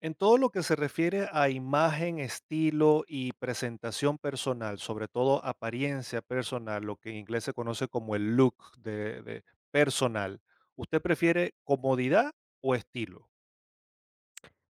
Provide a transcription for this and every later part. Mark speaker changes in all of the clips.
Speaker 1: En todo lo que se refiere a imagen, estilo y presentación personal, sobre todo apariencia personal, lo que en inglés se conoce como el look de personal, ¿usted prefiere comodidad o estilo?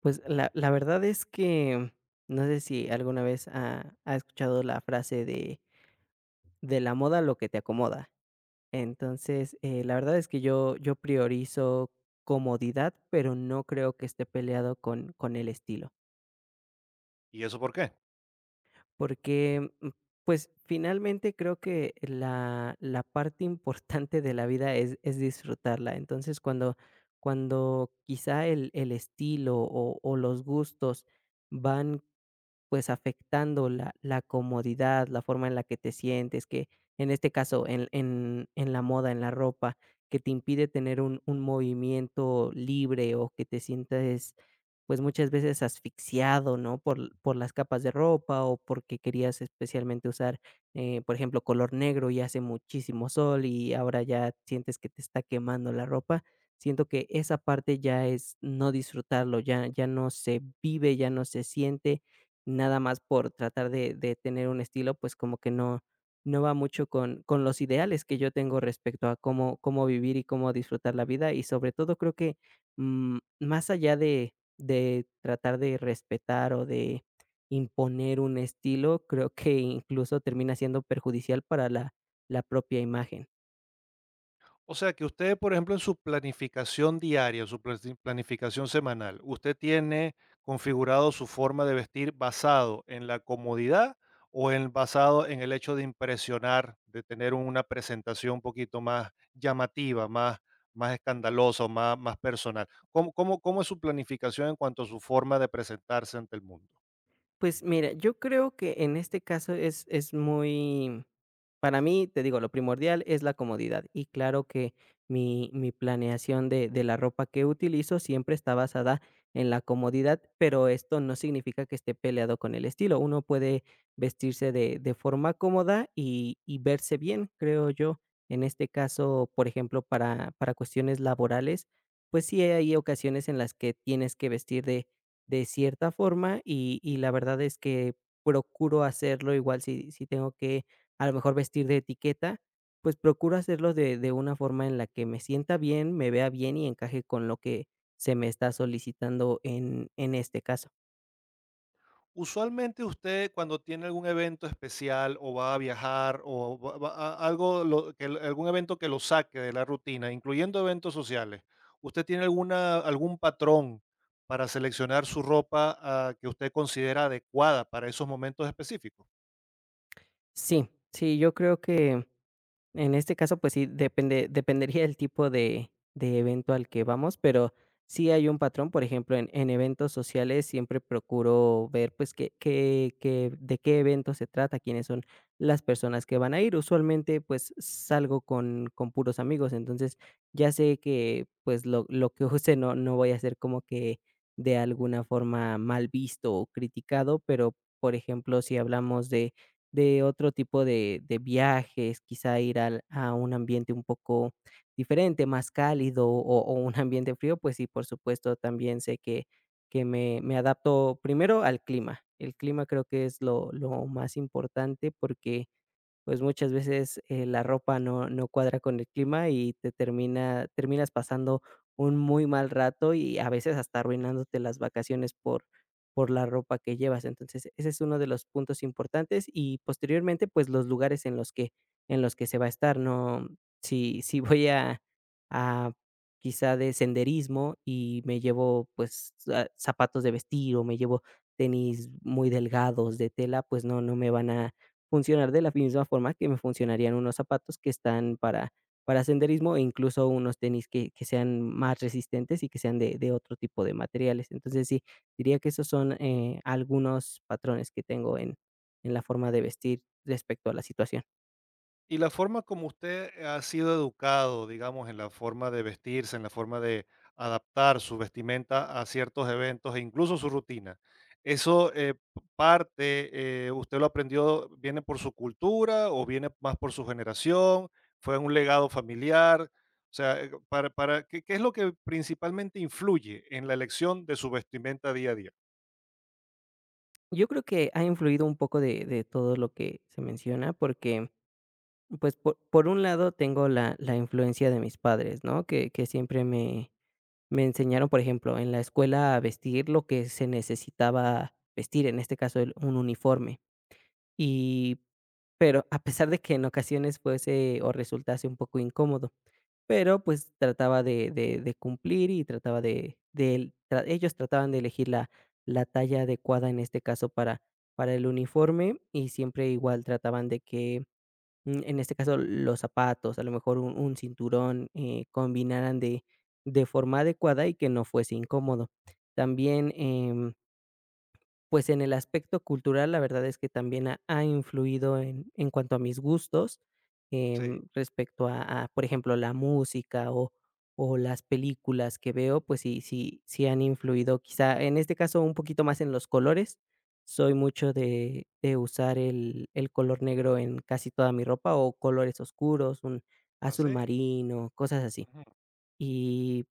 Speaker 2: Pues la verdad es que no sé si alguna vez ha escuchado la frase de: "De la moda lo que te acomoda". Entonces, la verdad es que yo priorizo comodidad, pero no creo que esté peleado con el estilo.
Speaker 1: ¿Y eso por qué?
Speaker 2: Porque, pues, finalmente creo que la parte importante de la vida es disfrutarla. Entonces, cuando quizá el estilo o los gustos van, pues, afectando la comodidad, la forma en la que te sientes, que en este caso, en la moda, en la ropa, que te impide tener un movimiento libre o que te sientes, pues, muchas veces asfixiado, ¿no? Por las capas de ropa o porque querías especialmente usar, por ejemplo, color negro y hace muchísimo sol y ahora ya sientes que te está quemando la ropa. Siento que esa parte ya es no disfrutarlo, ya ya no se vive, ya no se siente nada más por tratar de tener un estilo, pues, como que no no va mucho con los ideales que yo tengo respecto a cómo vivir y cómo disfrutar la vida. Y sobre todo creo que, más allá de tratar de respetar o de imponer un estilo, creo que incluso termina siendo perjudicial para la propia imagen.
Speaker 1: O sea que usted, por ejemplo, en su planificación diaria, su planificación semanal, ¿usted tiene configurado su forma de vestir basado en la comodidad o en basado en el hecho de impresionar, de tener una presentación un poquito más llamativa, más, más escandalosa o más, más personal? ¿Cómo es su planificación en cuanto a su forma de presentarse ante el mundo?
Speaker 2: Pues mira, yo creo que en este caso es muy, para mí, te digo, lo primordial es la comodidad. Y claro que mi planeación de la ropa que utilizo siempre está basada en la comodidad, pero esto no significa que esté peleado con el estilo. Uno puede vestirse de forma cómoda y verse bien, creo yo. En este caso, por ejemplo, para cuestiones laborales, pues sí hay ocasiones en las que tienes que vestir de cierta forma y la verdad es que procuro hacerlo igual si tengo que, a lo mejor, vestir de etiqueta, pues procuro hacerlo de una forma en la que me sienta bien, me vea bien y encaje con lo que se me está solicitando en este caso.
Speaker 1: Usualmente usted cuando tiene algún evento especial o va a viajar o va a algo lo que algún evento que lo saque de la rutina, incluyendo eventos sociales, ¿usted tiene alguna algún patrón para seleccionar su ropa, que usted considera adecuada para esos momentos específicos?
Speaker 2: Sí, sí, yo creo que en este caso, pues sí, dependería del tipo de evento al que vamos, pero sí hay un patrón. Por ejemplo, en eventos sociales siempre procuro ver, pues, qué de qué evento se trata, quiénes son las personas que van a ir. Usualmente, pues, salgo con puros amigos, entonces, ya sé que, pues, lo que use no no voy a ser, como que, de alguna forma mal visto o criticado. Pero, por ejemplo, si hablamos de otro tipo de viajes, quizá ir al a un ambiente un poco diferente, más cálido o un ambiente frío, pues sí, por supuesto, también sé que me adapto primero al clima. El clima creo que es lo más importante, porque pues muchas veces la ropa no, no cuadra con el clima y terminas pasando un muy mal rato y a veces hasta arruinándote las vacaciones por la ropa que llevas. Entonces, ese es uno de los puntos importantes, y posteriormente, pues los lugares en los que se va a estar, ¿no? Si, si voy a, quizá, de senderismo y me llevo, pues, zapatos de vestir, o me llevo tenis muy delgados de tela, pues no, no me van a, funcionar de la misma forma que me funcionarían unos zapatos que están para senderismo, e incluso unos tenis que sean más resistentes y que sean de otro tipo de materiales. Entonces, sí, diría que esos son, algunos patrones que tengo en la forma de vestir respecto a la situación.
Speaker 1: Y la forma como usted ha sido educado, digamos, en la forma de vestirse, en la forma de adaptar su vestimenta a ciertos eventos e incluso su rutina, ¿eso parte, usted lo aprendió, viene por su cultura o viene más por su generación? ¿Fue un legado familiar? O sea, para, ¿qué, qué es lo que principalmente influye en la elección de su vestimenta día a día?
Speaker 2: Yo creo que ha influido un poco de todo lo que se menciona, porque, pues, por un lado tengo la influencia de mis padres, ¿no? Que siempre me enseñaron, por ejemplo, en la escuela, a vestir lo que se necesitaba vestir, en este caso el un uniforme. Y pero a pesar de que en ocasiones fuese o resultase un poco incómodo, pero, pues, trataba de cumplir, y trataba de del tra ellos trataban de elegir la talla adecuada, en este caso, para el uniforme, y siempre igual trataban de que, en este caso, los zapatos, a lo mejor un cinturón, combinaran de forma adecuada y que no fuese incómodo. También, pues en el aspecto cultural, la verdad es que también ha influido en cuanto a mis gustos,
Speaker 1: Sí,
Speaker 2: respecto a, por ejemplo, la música o las películas que veo, pues sí sí sí han influido, quizá, en este caso, un poquito más en los colores. Soy mucho de usar el color negro en casi toda mi ropa, o colores oscuros, un azul
Speaker 1: así.
Speaker 2: marino, cosas así.
Speaker 1: Ujú.
Speaker 2: Y,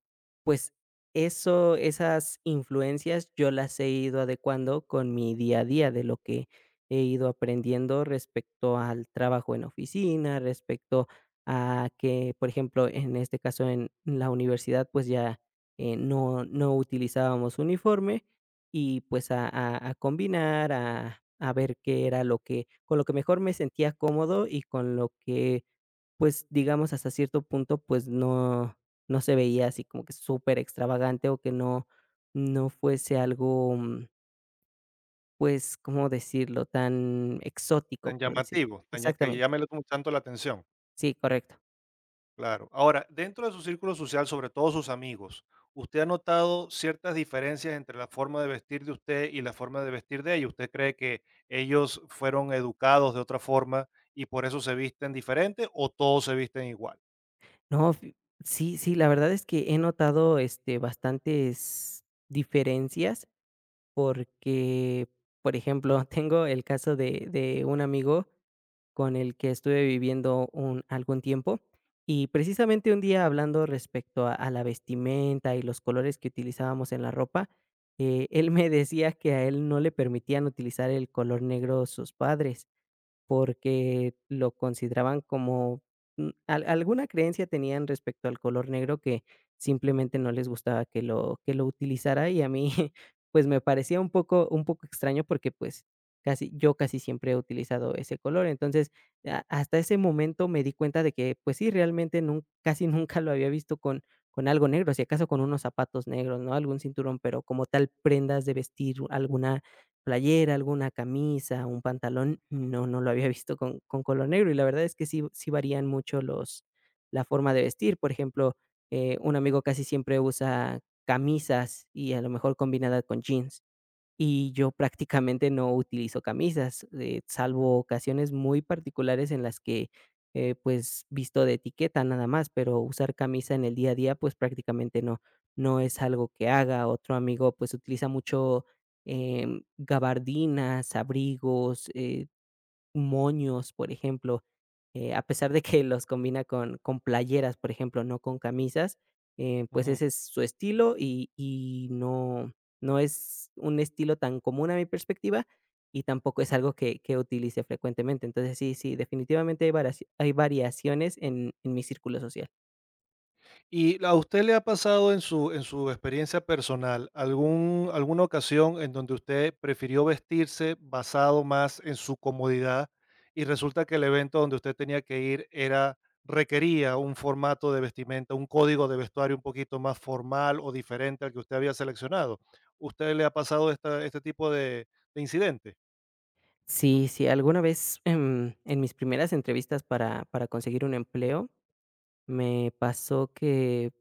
Speaker 2: pues, eso esas influencias yo las he ido adecuando con mi día a día, de lo que he ido aprendiendo respecto al trabajo en oficina, respecto a que, por ejemplo, en este caso, en la universidad, pues, ya, no no utilizábamos uniforme, y, pues, a combinar, a ver qué era lo que, con lo que mejor me sentía cómodo, y con lo que, pues, digamos, hasta cierto punto, pues, no no se veía así como que súper extravagante, o que no no fuese algo, pues, ¿cómo decirlo? Tan exótico,
Speaker 1: Tan
Speaker 2: por decir.
Speaker 1: llamativo, tan que
Speaker 2: Exactamente.
Speaker 1: llame tanto la atención.
Speaker 2: Sí, correcto.
Speaker 1: Claro. Ahora, dentro de su círculo social, sobre todo sus amigos, ¿usted ha notado ciertas diferencias entre la forma de vestir de usted y la forma de vestir de ellos? ¿Usted cree que ellos fueron educados de otra forma y por eso se visten diferente o todos se visten igual?
Speaker 2: No, fi Sí, sí, la verdad es que he notado, este, bastantes diferencias, porque, por ejemplo, tengo el caso de un amigo con el que estuve viviendo un algún tiempo. Y precisamente un día, hablando respecto a la vestimenta y los colores que utilizábamos en la ropa, él me decía que a él no le permitían utilizar el color negro sus padres, porque lo consideraban como, mm, al alguna creencia tenían respecto al color negro, que simplemente no les gustaba que lo utilizara, y a mí, pues, me parecía un poco extraño, porque, pues, casi yo casi siempre he utilizado ese color. Entonces, a hasta ese momento me di cuenta de que, pues sí, realmente nun casi nunca lo había visto con algo negro, si acaso con unos zapatos negros, ¿no?, algún cinturón, pero como tal prendas de vestir, alguna playera, alguna camisa, un pantalón, no, no lo había visto con color negro, y la verdad es que sí, sí varían mucho la forma de vestir. Por ejemplo, un amigo casi siempre usa camisas, y a lo mejor combinada con jeans. Y yo prácticamente no utilizo camisas, salvo ocasiones muy particulares en las que, pues, visto de etiqueta nada más, pero usar camisa en el día a día, pues, prácticamente no, no es algo que haga. Otro amigo, pues, utiliza mucho, gabardinas, abrigos, moños, por ejemplo, a pesar de que los combina con playeras, por ejemplo, no con camisas, pues ese es su estilo, y no no es un estilo tan común a mi perspectiva, y tampoco es algo que utilice frecuentemente. Entonces, sí, sí, definitivamente hay variaciones en mi círculo social.
Speaker 1: ¿Y a usted le ha pasado en su experiencia personal algún alguna ocasión en donde usted prefirió vestirse basado más en su comodidad y resulta que el evento donde usted tenía que ir era requería un formato de vestimenta, un código de vestuario un poquito más formal o diferente al que usted había seleccionado? ¿Usted le ha pasado esta este tipo de incidente?
Speaker 2: Sí, sí, alguna vez, en mis primeras entrevistas para conseguir un empleo, me pasó que,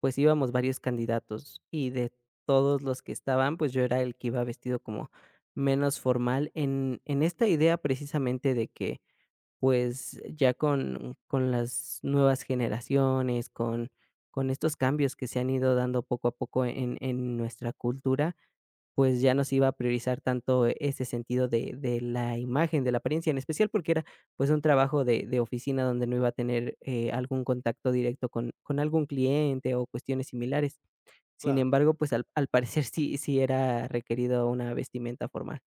Speaker 2: pues, íbamos varios candidatos, y de todos los que estaban, pues, yo era el que iba vestido como menos formal, en esta idea precisamente de que, pues, ya con las nuevas generaciones, con estos cambios que se han ido dando poco a poco en nuestra cultura, pues ya no se iba a priorizar tanto ese sentido de la imagen, de la apariencia, en especial porque era, pues, un trabajo de oficina donde no iba a tener, algún contacto directo con algún cliente o cuestiones similares. Sin
Speaker 1: Claro.
Speaker 2: embargo, pues, al parecer sí sí era requerido una vestimenta formal.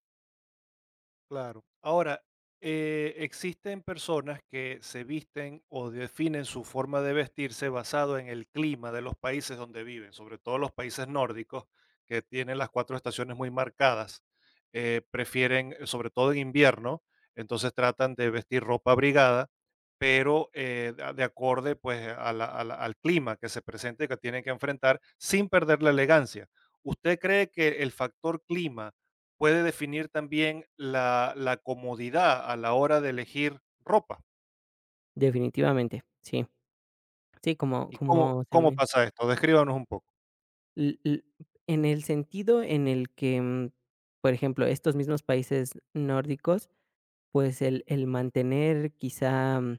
Speaker 1: Claro. Ahora, existen personas que se visten o definen su forma de vestirse basado en el clima de los países donde viven, sobre todo los países nórdicos, que tienen las cuatro estaciones muy marcadas. Prefieren, sobre todo en invierno, entonces tratan de vestir ropa abrigada, pero de acorde, pues, al clima que se presente, que tienen que enfrentar sin perder la elegancia. ¿Usted cree que el factor clima puede definir también la comodidad a la hora de elegir ropa?
Speaker 2: Definitivamente, sí. Sí, como
Speaker 1: ¿Y
Speaker 2: como se
Speaker 1: cómo
Speaker 2: me
Speaker 1: pasa esto? Descríbanos un poco.
Speaker 2: l l en el sentido en el que, por ejemplo, estos mismos países nórdicos, pues, el mantener quizá,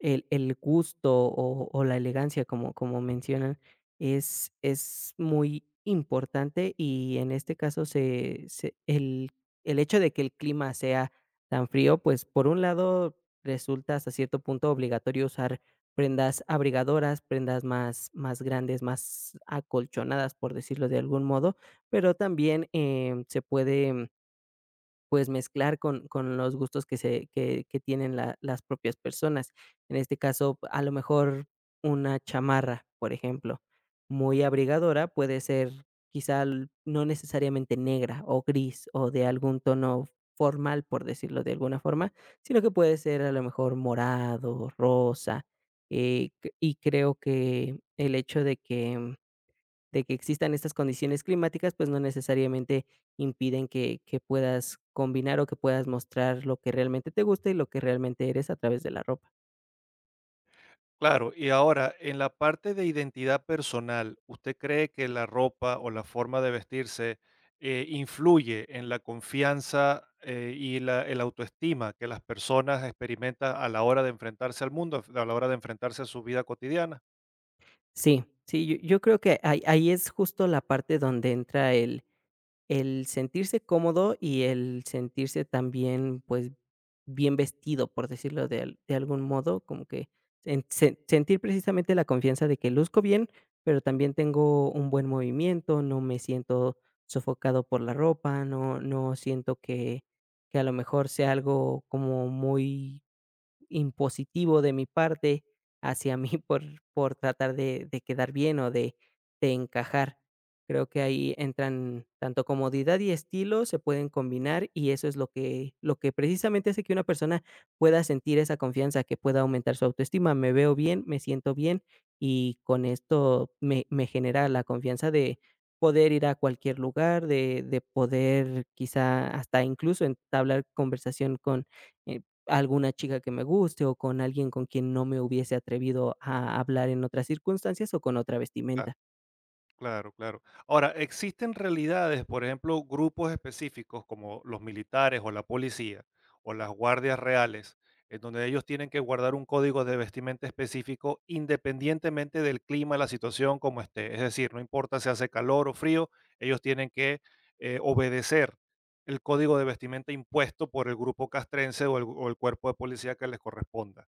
Speaker 2: el gusto o la elegancia, como mencionan, es muy importante, y en este caso se se el hecho de que el clima sea tan frío, pues, por un lado, resulta hasta cierto punto obligatorio usar prendas abrigadoras, prendas más grandes, más acolchonadas, por decirlo de algún modo, pero también, se puede, pues, mezclar con los gustos que tienen la las propias personas. En este caso, a lo mejor una chamarra, por ejemplo, muy abrigadora, puede ser quizá l no necesariamente negra o gris o de algún tono formal, por decirlo de alguna forma, sino que puede ser a lo mejor morado, rosa, c y creo que el hecho de que existan estas condiciones climáticas, pues no necesariamente impiden que puedas combinar o que puedas mostrar lo que realmente te gusta y lo que realmente eres a través de la ropa.
Speaker 1: Claro, y ahora, en la parte de identidad personal, ¿usted cree que la ropa o la forma de vestirse, influye en la confianza, y la el autoestima que las personas experimentan a la hora de enfrentarse al mundo, a la hora de enfrentarse a su vida cotidiana?
Speaker 2: Sí, sí, yo creo que ahí es justo la parte donde entra el sentirse cómodo y el sentirse también, pues, bien vestido, por decirlo de algún modo, como que sentir precisamente la confianza de que luzco bien, pero también tengo un buen movimiento, no me siento sofocado por la ropa, no no siento que a lo mejor sea algo como muy impositivo de mi parte hacia mí por tratar de quedar bien o de encajar. Creo que ahí entran tanto comodidad y estilo, se pueden combinar, y eso es lo que, precisamente hace que una persona pueda sentir esa confianza, que pueda aumentar su autoestima. Me veo bien, me siento bien, y con esto me genera la confianza de poder ir a cualquier lugar, de poder quizá hasta incluso entablar conversación con, eh, alguna chica que me guste, o con alguien con quien no me hubiese atrevido a hablar en otras circunstancias o con otra
Speaker 1: Claro.
Speaker 2: vestimenta.
Speaker 1: Claro, claro. Ahora, existen realidades, por ejemplo, grupos específicos como los militares o la policía o las guardias reales, en donde ellos tienen que guardar un código de vestimenta específico independientemente del clima, la situación como esté. Es decir, no importa si hace calor o frío, ellos tienen que obedecer el código de vestimenta impuesto por el grupo castrense o el cuerpo de policía que les corresponda.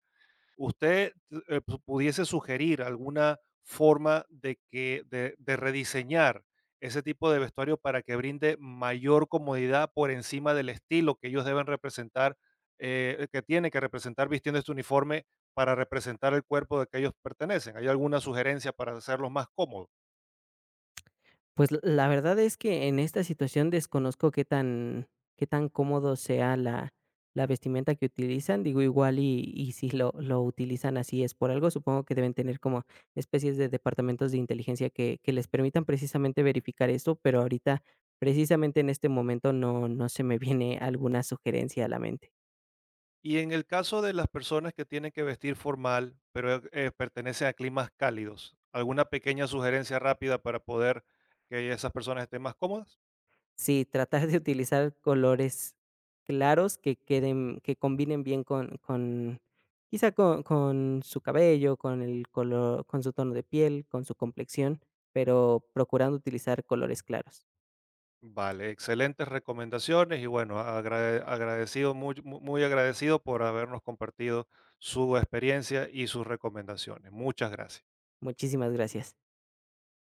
Speaker 1: Usted pudiese sugerir alguna forma de de rediseñar ese tipo de vestuario para que brinde mayor comodidad por encima del estilo que ellos deben representar, que tiene que representar vistiendo este uniforme para representar el cuerpo de que ellos pertenecen. ¿Hay alguna sugerencia para hacerlos más cómodos?
Speaker 2: Pues, l la verdad es que en esta situación desconozco qué tan cómodo sea la vestimenta que utilizan. Digo, igual y si lo utilizan así, es por algo. Supongo que deben tener como especies de departamentos de inteligencia que les permitan precisamente verificar esto, pero ahorita, precisamente en este momento, no no se me viene alguna sugerencia a la mente.
Speaker 1: Y en el caso de las personas que tienen que vestir formal, pero pertenecen a climas cálidos, ¿alguna pequeña sugerencia rápida para poder que esas personas estén más cómodas?
Speaker 2: Sí, tratar de utilizar colores claros, que queden, que combinen bien con quizá con su cabello, con el color, con su tono de piel, con su complexión, pero procurando utilizar colores claros.
Speaker 1: Vale, excelentes recomendaciones y bueno, agradecido, muy agradecido por habernos compartido su experiencia y sus recomendaciones. Muchas gracias.
Speaker 2: Muchísimas gracias.